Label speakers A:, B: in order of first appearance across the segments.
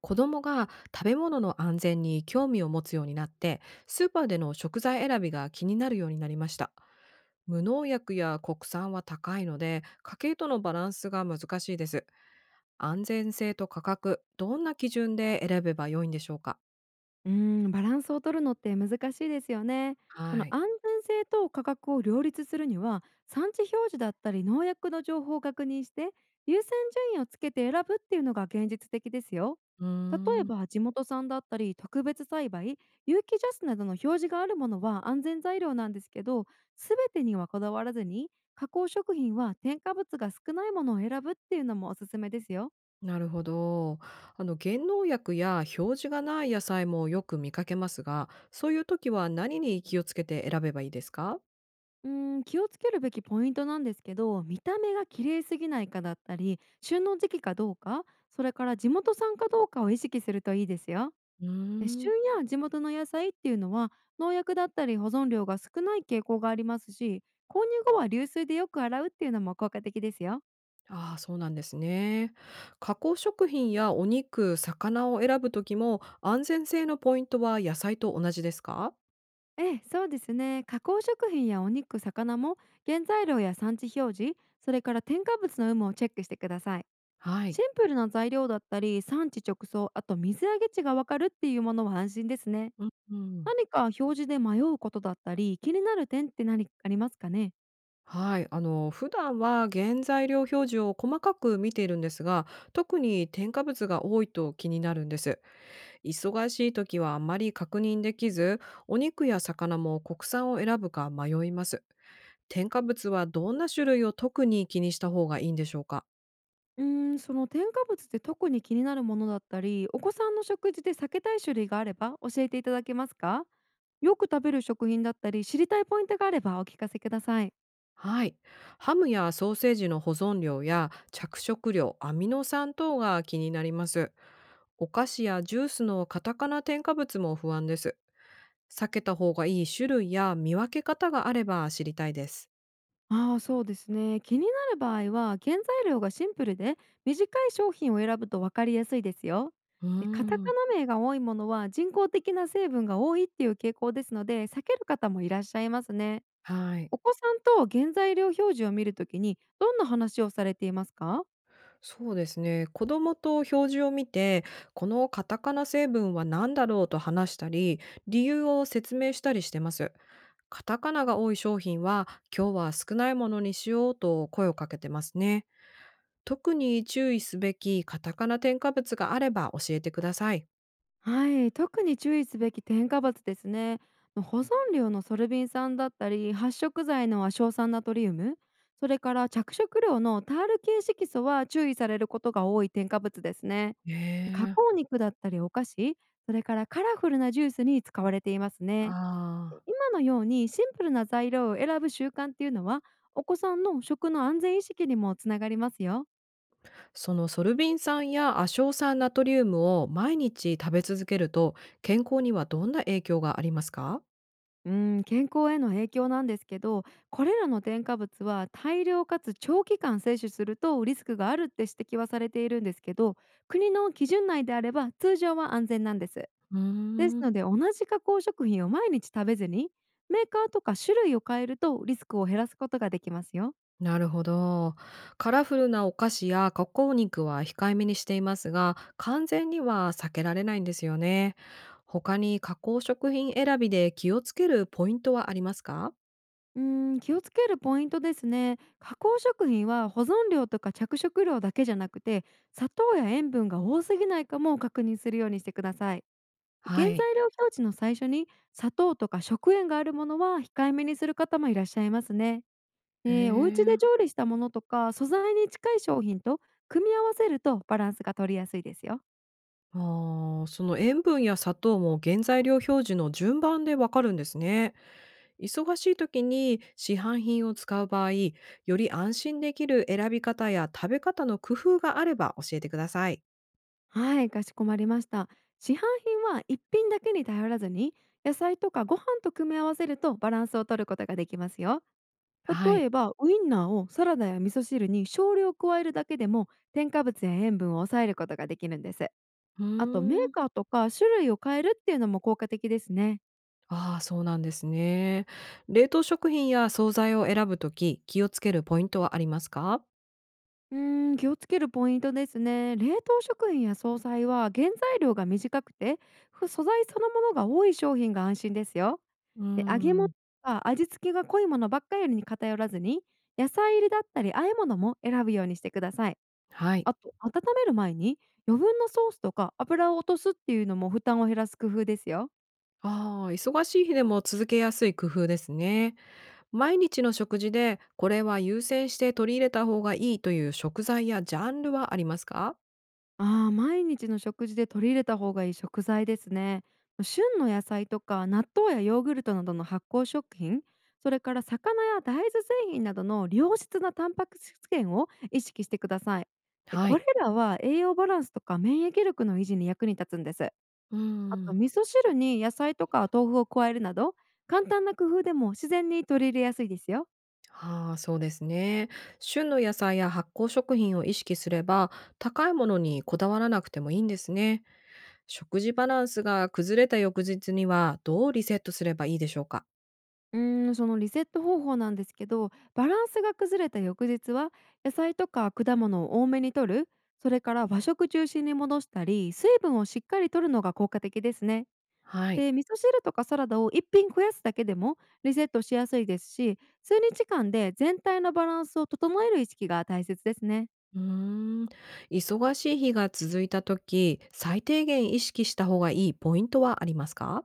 A: 子供が食べ物の安全に興味を持つようになって、スーパーでの食材選びが気になるようになりました。無農薬や国産は高いので、家計とのバランスが難しいです。安全性と価格、どんな基準で選べば良いんでしょうか？
B: バランスを取るのって難しいですよね。そ
A: は
B: の
A: い。
B: 安全性と価格を両立するには産地表示だったり農薬の情報を確認して優先順位をつけて選ぶっていうのが現実的ですよ。
A: うー
B: 例え
A: ん、
B: ば地元産だったり特別栽培有機ジャスなどの表示があるものは安全材料なんですけど、全てにはこだわらずに加工食品は添加物が少ないものを選ぶっていうのもおすすめですよ。
A: なるほど。原農薬や表示がない野菜もよく見かけますが、そういう時は何に気をつけて選べばいいですか？
B: 気をつけるべきポイントなんですけど、見た目が綺麗すぎないかだったり旬の時期かどうか、それから地元産かどうかを意識するといいですよ。
A: うー
B: で、
A: ん。
B: 旬や地元の野菜っていうのは農薬だったり保存量が少ない傾向がありますし、購入後は流水でよく洗うっていうのも効果的ですよ。
A: ああ、そうなんですね。加工食品やお肉、魚を選ぶときも安全性のポイントは野菜と同じですか？
B: ええ、そうですね。加工食品やお肉魚も原材料や産地表示、それから添加物の有無をチェックしてください。
A: はい。
B: シンプルな材料だったり産地直送、あと水揚げ地がわかるっていうものは安心ですね。
A: うん、うん。
B: 何か表示で迷うことだったり気になる点って何かありますかね。
A: はい。あの、普段は原材料表示を細かく見ているんですが、特に添加物が多いと気になるんです。忙しいときはあまり確認できず、お肉や魚も国産を選ぶか迷います。添加物はどんな種類を特に気にした方がいいんでしょうか？
B: その添加物で特に気になるものだったり、お子さんの食事で避けたい種類があれば教えていただけますか？よく食べる食品だったり知りたいポイントがあればお聞かせください。
A: はい。ハムやソーセージの保存量や着色料、アミノ酸等が気になります。お菓子やジュースのカタカナ添加物も不安です。避けた方がいい種類や見分け方があれば知りたいです。
B: ああ、そうですね。気になる場合は原材料がシンプルで短い商品を選ぶと分かりやすいですよ。
A: う
B: でカタ
A: ー
B: カ
A: ん。
B: ナ名が多いものは人工的な成分が多いっていう傾向ですので、避ける方もいらっしゃいますね。
A: はい。
B: お子さんと原材料表示を見るときにどんな話をされていますか？
A: そうですね。子供と表示を見て、このカタカナ成分は何だろうと話したり、理由を説明したりしてます。カタカナが多い商品は、今日は少ないものにしようと声をかけてますね。特に注意すべきカタカナ添加物があれば教えてください。
B: はい、特に注意すべき添加物ですね。保存料のソルビン酸だったり発色剤の亜硝酸ナトリウム、それから着色料のタール系色素は注意されることが多い添加物ですね。で加
A: ええ。
B: 工肉だったりお菓子、それからカラフルなジュースに使われていますね。
A: あ
B: で今のようにシンプルな材料を選ぶ習慣っていうのは、お子さんの食の安全意識にもつながりますよ。
A: あ、そのソルビン酸や亜硝酸ナトリウムを毎日食べ続けると、健康にはどんな影響がありますか？
B: うん、健康への影響なんですけど、これらの添加物は大量かつ長期間摂取するとリスクがあるって指摘はされているんですけど、国の基準内であれば通常は安全なんです。
A: うー
B: です
A: ん。
B: ので同じ加工食品を毎日食べずに、メーカーとか種類を変えるとリスクを減らすことができますよ。
A: なるほど。カラフルなお菓子や加工肉は控えめにしていますが、完全には避けられないんですよね。他に加工食品選びで気をつけるポイントはありますか？
B: うん、気をつけるポイントですね。加工食品は保存量とか着色料だけじゃなくて、砂糖や塩分が多すぎないかも確認するようにしてください。原
A: はい。
B: 材料表示の最初に砂糖とか食塩があるものは控えめにする方もいらっしゃいますね。でお家
A: え
B: で
A: え。
B: 調理したものとか素材に近い商品と組み合わせるとバランスが取りやすいですよ。
A: ああ、その塩分や砂糖も原材料表示の順番でわかるんですね。忙しい時に市販品を使う場合、より安心できる選び方や食べ方の工夫があれば教えてください。
B: はい、かしこまりました。市販品は一品だけに頼らずに、野菜とかご飯と組み合わせるとバランスを取ることができますよ。
A: は
B: 例
A: い。
B: えばウインナーをサラダや味噌汁に少量加えるだけでも添加物や塩分を抑えることができるんです。
A: う
B: あとメー
A: ーん。
B: カーとか種類を変えるっていうのも効果的ですね。
A: ああ、そうなんですね。冷凍食品や惣菜を選ぶとき、気をつけるポイントはありますか？
B: 気をつけるポイントですね。冷凍食品や惣菜は原材料が短くて、ふ素材そのものが多い商品が安心ですよ。
A: うー
B: で揚げ物
A: ん。
B: は味付けが濃いものばっかりに偏らずに、野菜入りだったり和え物も選ぶようにしてください。
A: はい。
B: あと、温める前に余分なソースとか油を落とすっていうのも負担を減らす工夫ですよ。
A: ああ、忙しい日でも続けやすい工夫ですね。毎日の食事でこれは優先して取り入れた方がいいという食材やジャンルはありますか？
B: ああ、毎日の食事で取り入れた方がいい食材ですね。旬の野菜とか納豆やヨーグルトなどの発酵食品、それから魚や大豆製品などの良質なタンパク質源を意識してください。で
A: は
B: こ
A: い。
B: れらは栄養バランスとか免疫力の維持に役に立つんです。
A: うー
B: あと
A: ん。
B: 味噌汁に野菜とか豆腐を加えるなど、簡単な工夫でも自然に取り入れやすいですよ。
A: ああ、そうですね。旬の野菜や発酵食品を意識すれば、高いものにこだわらなくてもいいんですね。食事バランスが崩れた翌日にはどうリセットすればいいでしょうか？
B: そのリセット方法なんですけど、バランスが崩れた翌日は野菜とか果物を多めに摂る、それから和食中心に戻したり、水分をしっかり摂るのが効果的ですね。
A: はい。
B: で、味噌汁とかサラダを一品増やすだけでもリセットしやすいですし、数日間で全体のバランスを整える意識が大切ですね。
A: うーん。忙しい日が続いた時、最低限意識した方がいいポイントはありますか？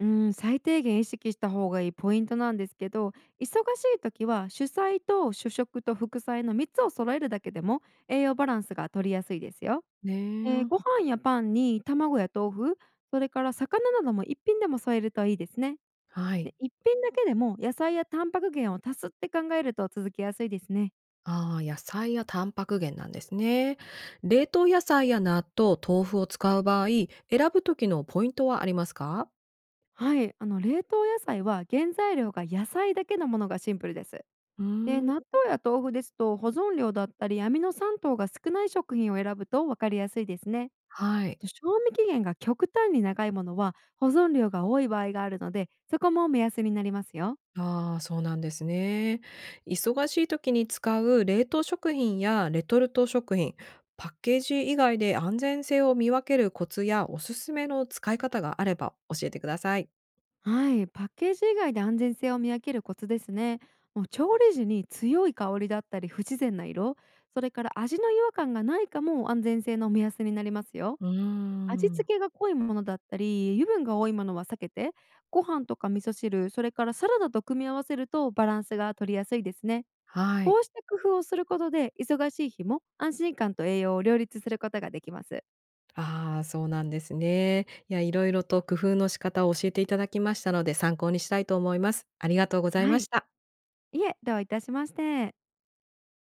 B: うん、最低限意識した方がいいポイントなんですけど、忙しい時は主菜と主食と副菜の3つを揃えるだけでも栄養バランスが取りやすいですよ。
A: ね
B: ご
A: え。
B: 飯やパンに卵や豆腐、それから魚なども一品でも添えるといいですね。
A: はい。
B: で一品だけでも野菜やタンパク源を足すって考えると続きやすいですね。
A: ああ、野菜やタンパク源なんですね。冷凍野菜や納豆、豆腐を使う場合、選ぶ時のポイントはありますか？
B: はい、あの冷凍野菜は原材料が野菜だけのものがシンプルです。
A: うー
B: で、
A: ん、
B: 納豆や豆腐ですと、保存量だったりアミノ酸等が少ない食品を選ぶと分かりやすいですね。
A: は
B: あ
A: い。
B: と賞味期限が極端に長いものは保存量が多い場合があるので、そこも目安になりますよ。
A: ああ、そうなんですね。忙しい時に使う冷凍食品やレトルト食品、パッケージ以外で安全性を見分けるコツやおすすめの使い方があれば教えてください。
B: はい、パッケージ以外で安全性を見分けるコツですね。もう調理時に強い香りだったり不自然な色、それから味の違和感がないかも安全性の目安になりますよ。
A: うー
B: 味付
A: ん、
B: けが濃いものだったり、油分が多いものは避けて、ご飯とか味噌汁、それからサラダと組み合わせるとバランスが取りやすいですね。
A: はい。
B: こうした工夫をすることで、忙しい日も安心感と栄養を両立することができます。
A: ああ、そうなんですね。いや、いろいろと工夫の仕方を教えていただきましたので、参考にしたいと思います。ありがとうござい
B: は
A: まし
B: い、
A: た。
B: いえ、どういたしまして。